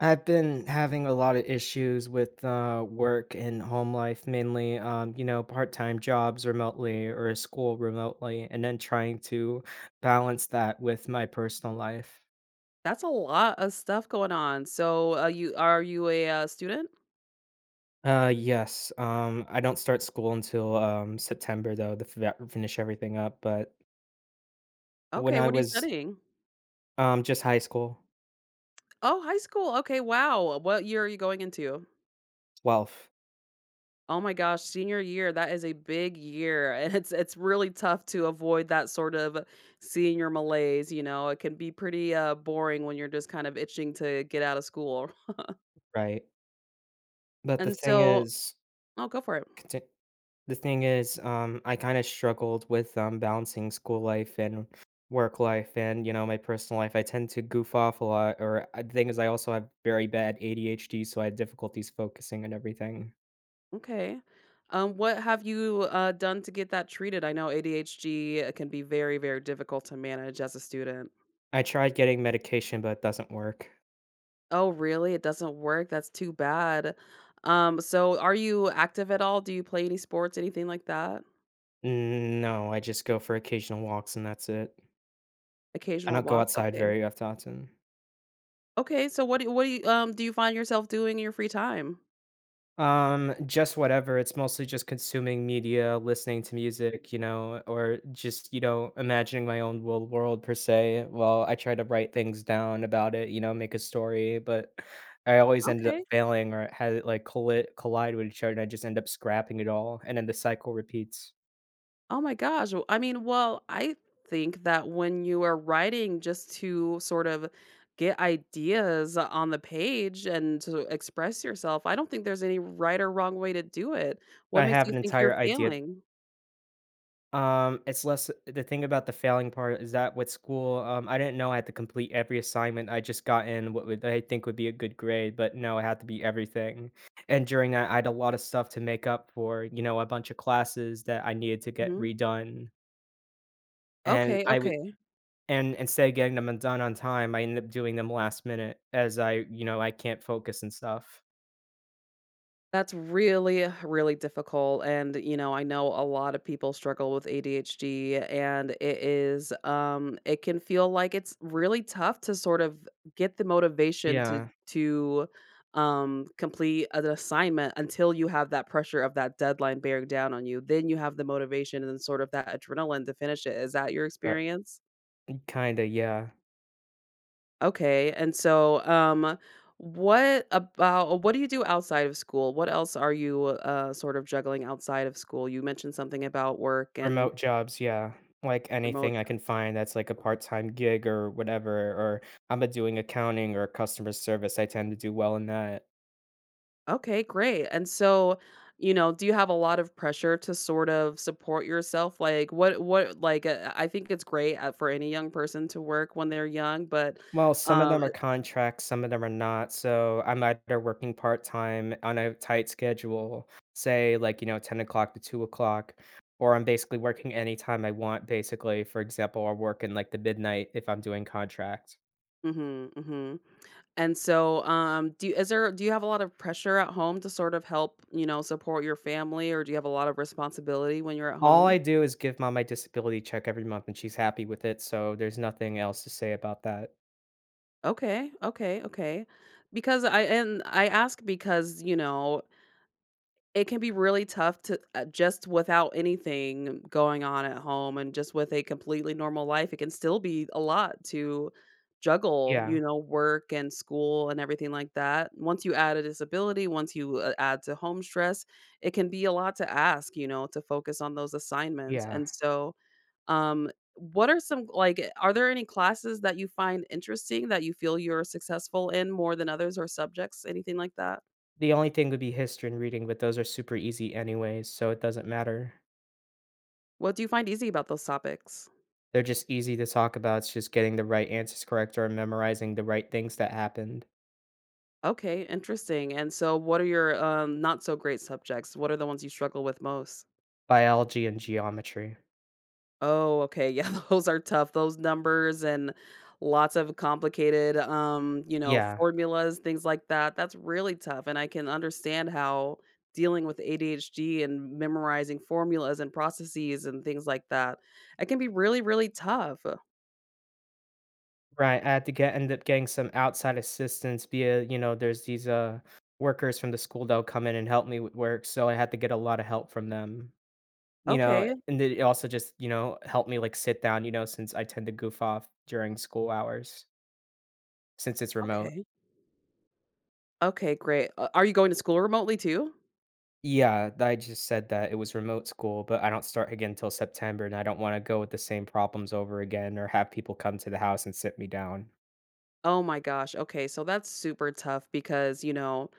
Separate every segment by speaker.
Speaker 1: I've been having a lot of issues with work and home life, mainly, part time jobs remotely or school remotely, and then trying to balance that with my personal life.
Speaker 2: That's a lot of stuff going on. So, you are you a, student?
Speaker 1: Yes. I don't start school until September, though, to finish everything up. But when
Speaker 2: Okay,
Speaker 1: I
Speaker 2: what are you
Speaker 1: was
Speaker 2: studying?
Speaker 1: just high school,
Speaker 2: Oh, high school. Okay, wow. What year are you going into?
Speaker 1: 12,
Speaker 2: Oh my gosh, senior year, that is a big year, and it's really tough to avoid that sort of senior malaise, you know? It can be pretty, boring when you're just kind of itching to get out of school.
Speaker 1: right? But the
Speaker 2: And
Speaker 1: thing
Speaker 2: so
Speaker 1: is,
Speaker 2: Oh, go for it.
Speaker 1: The thing is, I kinda struggled with, balancing school life and work life and, you know, my personal life. I tend to goof off a lot, or the thing is I also have very bad ADHD, so I had difficulties focusing and everything.
Speaker 2: Okay. What have you, done to get that treated? I know ADHD, can be very, very difficult to manage as a student.
Speaker 1: I tried getting medication, but it doesn't work.
Speaker 2: Oh, really? It doesn't work? That's too bad. So are you active at all? Do you play any sports, anything like that?
Speaker 1: No, I just go for occasional walks and that's it. I
Speaker 2: Occasional
Speaker 1: don't go
Speaker 2: walks?
Speaker 1: outside
Speaker 2: Okay.
Speaker 1: very often.
Speaker 2: Okay, so what do you find yourself doing in your free time?
Speaker 1: Just whatever. It's mostly just consuming media, listening to music, you know, or just, you know, imagining my own world per se. Well, I try to write things down about it, you know, make a story, but I always ended up
Speaker 2: Okay.
Speaker 1: failing or had it like collide with each other and I just end up scrapping it all and then the cycle repeats.
Speaker 2: Oh my gosh. Well, I think that when you are writing just to sort of get ideas on the page and to express yourself, I don't think there's any right or wrong way to do it. What
Speaker 1: I
Speaker 2: makes
Speaker 1: have
Speaker 2: you
Speaker 1: an
Speaker 2: think you're
Speaker 1: entire idea.
Speaker 2: failing?
Speaker 1: It's less the thing about the failing part is that with school, I didn't know I had to complete every assignment. I just got in what would I think would be a good grade, but no, it had to be everything. And during that, I had a lot of stuff to make up for, you know, a bunch of classes that I needed to get
Speaker 2: Mhm.
Speaker 1: redone. And
Speaker 2: Okay,
Speaker 1: I would
Speaker 2: okay.
Speaker 1: and instead of getting them done on time, I ended up doing them last minute as I, you know, I can't focus and stuff.
Speaker 2: That's really, really difficult, and, you know, I know a lot of people struggle with ADHD, and it it can feel like it's really tough to sort of get the motivation to
Speaker 1: Yeah.
Speaker 2: to, um, complete an assignment until you have that pressure of that deadline bearing down on you, then you have the motivation and sort of that adrenaline to finish it. Is that your
Speaker 1: Right.
Speaker 2: experience?
Speaker 1: Kinda, yeah.
Speaker 2: Okay, and so, what do you do outside of school? What else are you, sort of juggling outside of school? You mentioned something about work and
Speaker 1: Remote jobs, yeah. Like,
Speaker 2: remote
Speaker 1: anything I
Speaker 2: jobs.
Speaker 1: can find that's, like, a part-time gig or whatever, or I'm doing accounting or customer service, I tend to do well in that.
Speaker 2: Okay, great, and so, you know, do you have a lot of pressure to sort of support yourself? Like, what like, I think it's great, for any young person to work when they're young, but,
Speaker 1: Well, some of
Speaker 2: um
Speaker 1: them are contracts, some of them are not, so I'm either working part-time on a tight schedule, say, like, you know, 10 o'clock to 2 o'clock, or I'm basically working anytime I want, basically. For example, I'll work in, like, the midnight if I'm doing contracts.
Speaker 2: Mhm, mhm. And so, do you have a lot of pressure at home to sort of help, you know, support your family, or do you have a lot of responsibility when you're at
Speaker 1: All
Speaker 2: home?
Speaker 1: I do is give mom my disability check every month, and she's happy with it, so there's nothing else to say about that.
Speaker 2: Okay, okay, okay. Because I and I ask because, you know, it can be really tough to just without anything going on at home and just with a completely normal life, it can still be a lot to juggle, you
Speaker 1: Yeah,
Speaker 2: know, work and school and everything like that. Once you add a disability, once you add to home stress, it can be a lot to ask, you know, to focus on those assignments.
Speaker 1: yeah.
Speaker 2: And so, what are some like eh, are there any classes that you find interesting that you feel you're successful in more than others or subjects, anything like that?
Speaker 1: The only thing would be history and reading, but those are super easy anyways, so it doesn't matter.
Speaker 2: What do you find easy about those topics?
Speaker 1: They're just easy to talk about, it's just getting the right answers correct or memorizing the right things that happened.
Speaker 2: Okay, interesting. And so what are your not so great subjects? What are the ones you struggle with most?
Speaker 1: Biology and geometry.
Speaker 2: Oh, okay. Yeah, those are tough. Those numbers and lots of complicated you know,
Speaker 1: Yeah,
Speaker 2: formulas, things like that. That's really tough and I can understand how dealing with ADHD and memorizing formulas and processes and things like that. It can be really really tough.
Speaker 1: right, I had to get end up getting some outside assistance via, you know, there's these, workers from the school that'll come in and help me with work, so I had to get a lot of help from them. You know, eh,
Speaker 2: Okay.
Speaker 1: and they also just, you know, help me, like, sit down, you know, since I tend to goof off during school hours since it's remote.
Speaker 2: Okay. Okay, great. Are you going to school remotely too?
Speaker 1: Yeah, I just said that it was remote school, but I don't start again until September, and I don't wanna go with the same problems over again or have people come to the house and sit me down.
Speaker 2: Oh my gosh. Okay. So that's super tough because, you know,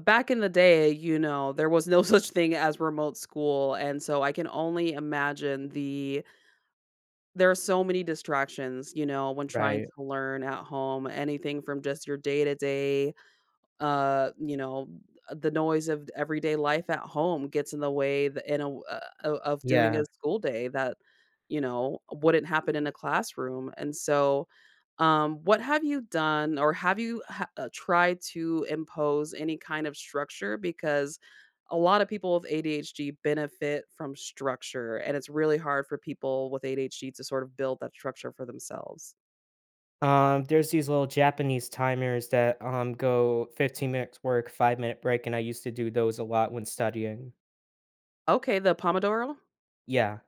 Speaker 2: back in the day, you know, there was no such thing as remote school, and so I can only imagine there are so many distractions, you know, when trying
Speaker 1: Right.
Speaker 2: to learn at home, anything from just your day-to-day you know, the noise of everyday life at home gets in the way th in a o of doing
Speaker 1: Yeah.
Speaker 2: a school day that, you know, wouldn't happen in a classroom, and so, what have you done or have you ha tried to impose any kind of structure? Because a lot of people with ADHD benefit from structure, and it's really hard for people with ADHD to sort of build that structure for themselves.
Speaker 1: There's these little Japanese timers that, go 15 minutes work, five-minute break, and I used to do those a lot when studying.
Speaker 2: Okay, the Pomodoro?
Speaker 1: Yeah.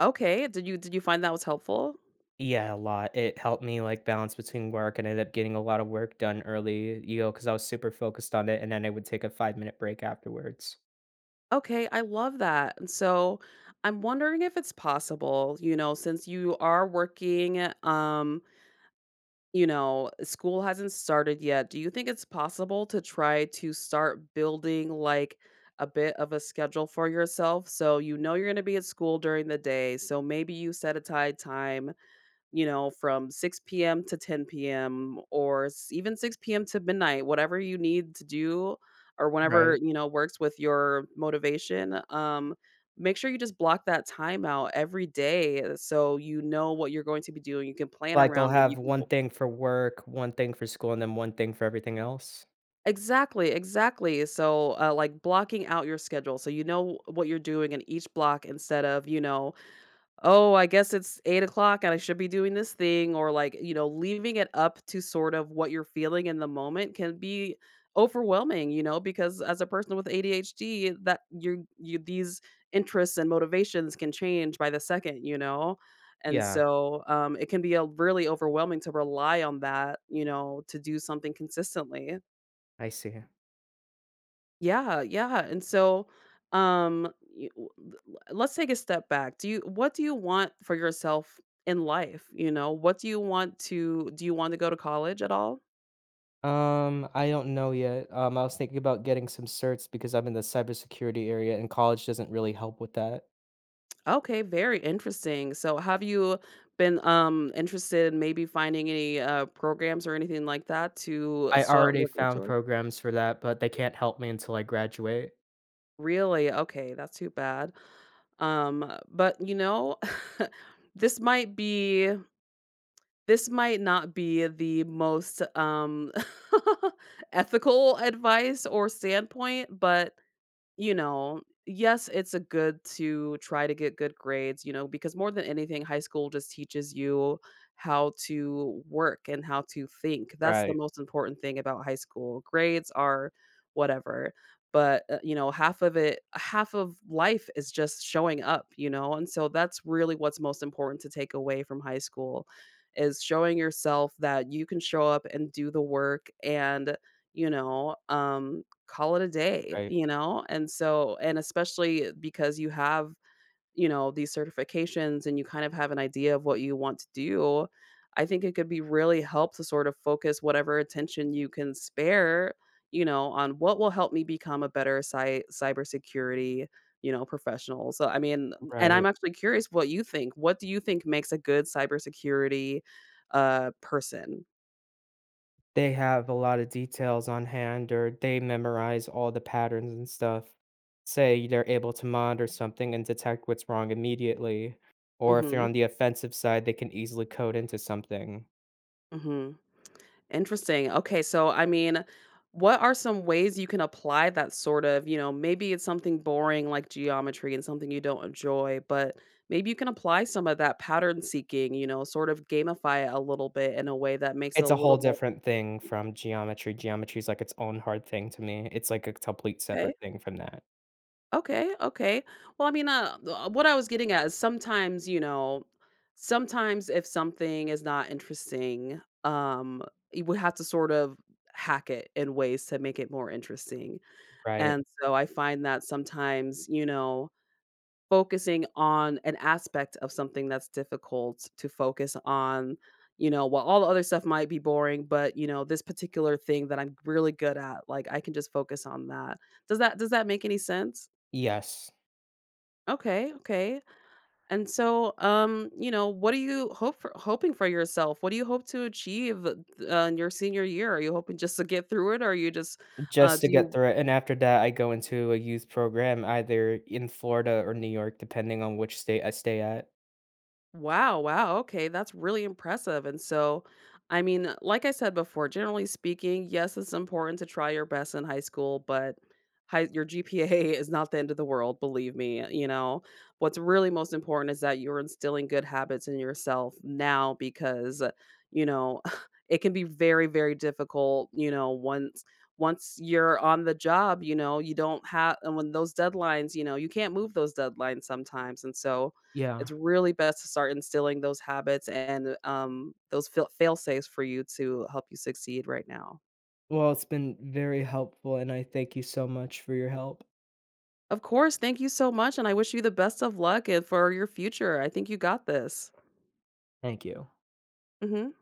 Speaker 2: Okay, did you find that was helpful?
Speaker 1: Yeah, a lot. It helped me, like, balance between work and ended up getting a lot of work done early, you know, because I was super focused on it, and then I would take a five-minute break afterwards.
Speaker 2: Okay, I love that. And so I'm wondering if it's possible, you know, since you are working, you know, school hasn't started yet. Do you think it's possible to try to start building like a bit of a schedule for yourself? So you know you're going to be at school during the day. So maybe you set aside time, you know, from 6 PM to 10 PM, or s even 6 PM to midnight, whatever you need to do or whenever,
Speaker 1: Right.
Speaker 2: you know, works with your motivation. Make sure you just block that time out every day, so you know what you're going to be doing, you can plan
Speaker 1: Like, I'll
Speaker 2: around it, you
Speaker 1: have
Speaker 2: can
Speaker 1: one thing for work, one thing for school, and then one thing for everything else?
Speaker 2: Exactly, exactly. So, like, blocking out your schedule so you know what you're doing in each block instead of, you know, oh, I guess it's 8 o'clock and I should be doing this thing, or, like, you know, leaving it up to sort of what you're feeling in the moment can be overwhelming, you know, because as a person with ADHD, that you these interests and motivations can change by the second, you know. And
Speaker 1: Yeah,
Speaker 2: so it can be a really overwhelming to rely on that, you know, to do something consistently.
Speaker 1: I see.
Speaker 2: Yeah, yeah, and so, you l let's take a step back. Do you what do you want for yourself in life, you know? What do you want to do you want to go to college at all?
Speaker 1: I don't know yet. I was thinking about getting some certs because I'm in the cybersecurity area, and college doesn't really help with that.
Speaker 2: Okay, very interesting. So, have you been, interested in maybe finding any, programs or anything like that to
Speaker 1: I
Speaker 2: start
Speaker 1: already
Speaker 2: working
Speaker 1: found
Speaker 2: towards?
Speaker 1: programs for that, but they can't help me until I graduate.
Speaker 2: Really? Okay, that's too bad. But, you know, this might be this might not be the most, ethical advice or standpoint, but you know, yes, it's a good to try to get good grades, you know, because more than anything, high school just teaches you how to work and how to think. That's the
Speaker 1: Right,
Speaker 2: most important thing about high school. Grades are whatever, but you know, half of it, half of life is just showing up, you know, and so that's really what's most important to take away from high school is showing yourself that you can show up and do the work and you know call it a day,
Speaker 1: right,
Speaker 2: you know? And so and especially because you have, you know, these certifications and you kind of have an idea of what you want to do, I think it could be really help to sort of focus whatever attention you can spare, you know, on what will help me become a better cybersecurity, you know, professional. So I mean, and I'm
Speaker 1: right.
Speaker 2: actually curious what you think. What do you think makes a good cybersecurity person?
Speaker 1: They have a lot of details on hand or they memorize all the patterns and stuff. Say they're able to monitor something and detect what's wrong immediately, or if they're
Speaker 2: Mhm.
Speaker 1: on the offensive side, they can easily code into something.
Speaker 2: Mhm. Interesting. Okay, so I mean, what are some ways you can apply that sort of, you know, maybe it's something boring like geometry and something you don't enjoy, but maybe you can apply some of that pattern seeking, you know, sort of gamify it a little bit in a way that makes it a
Speaker 1: It's a whole
Speaker 2: little more
Speaker 1: different thing from geometry. Geometry is like its own hard thing to me. It's like a complete
Speaker 2: okay.
Speaker 1: separate thing from that,
Speaker 2: Okay, okay. Well, I mean, what I was getting at is sometimes, you know, sometimes if something is not interesting, you would have to sort of hack it in ways to make it more interesting.
Speaker 1: right?
Speaker 2: And so I find that sometimes, you know, focusing on an aspect of something that's difficult to focus on, you know, while all the other stuff might be boring, but you know, this particular thing that I'm really good at, like, I can just focus on that. Does that make any sense?
Speaker 1: Yes,
Speaker 2: Okay, okay. And so, you know, what are you hoping for yourself? What do you hope to achieve, in your senior year? Are you hoping just to get through it, or are you just,
Speaker 1: just to
Speaker 2: do
Speaker 1: get
Speaker 2: you
Speaker 1: through it. And after that, I go into a youth program either in Florida or New York, depending on which state I stay at.
Speaker 2: Wow, wow. Okay, that's really impressive. And so, I mean, like I said before, generally speaking, yes, it's important to try your best in high school, but your GPA is not the end of the world, believe me. You know, what's really most important is that you're instilling good habits in yourself now because, you know, it can be very, very difficult, you know, once you're on the job, you know, you don't have and when those deadlines, you know, you can't move those deadlines sometimes. And so, it's
Speaker 1: Yeah.
Speaker 2: really best to start instilling those habits and, those fail safes for you to help you succeed right now.
Speaker 1: Well, it's been very helpful, and I thank you so much for your help.
Speaker 2: Of course, thank you so much, and I wish you the best of luck and for your future. I think you got this.
Speaker 1: Thank you.
Speaker 2: Mhm.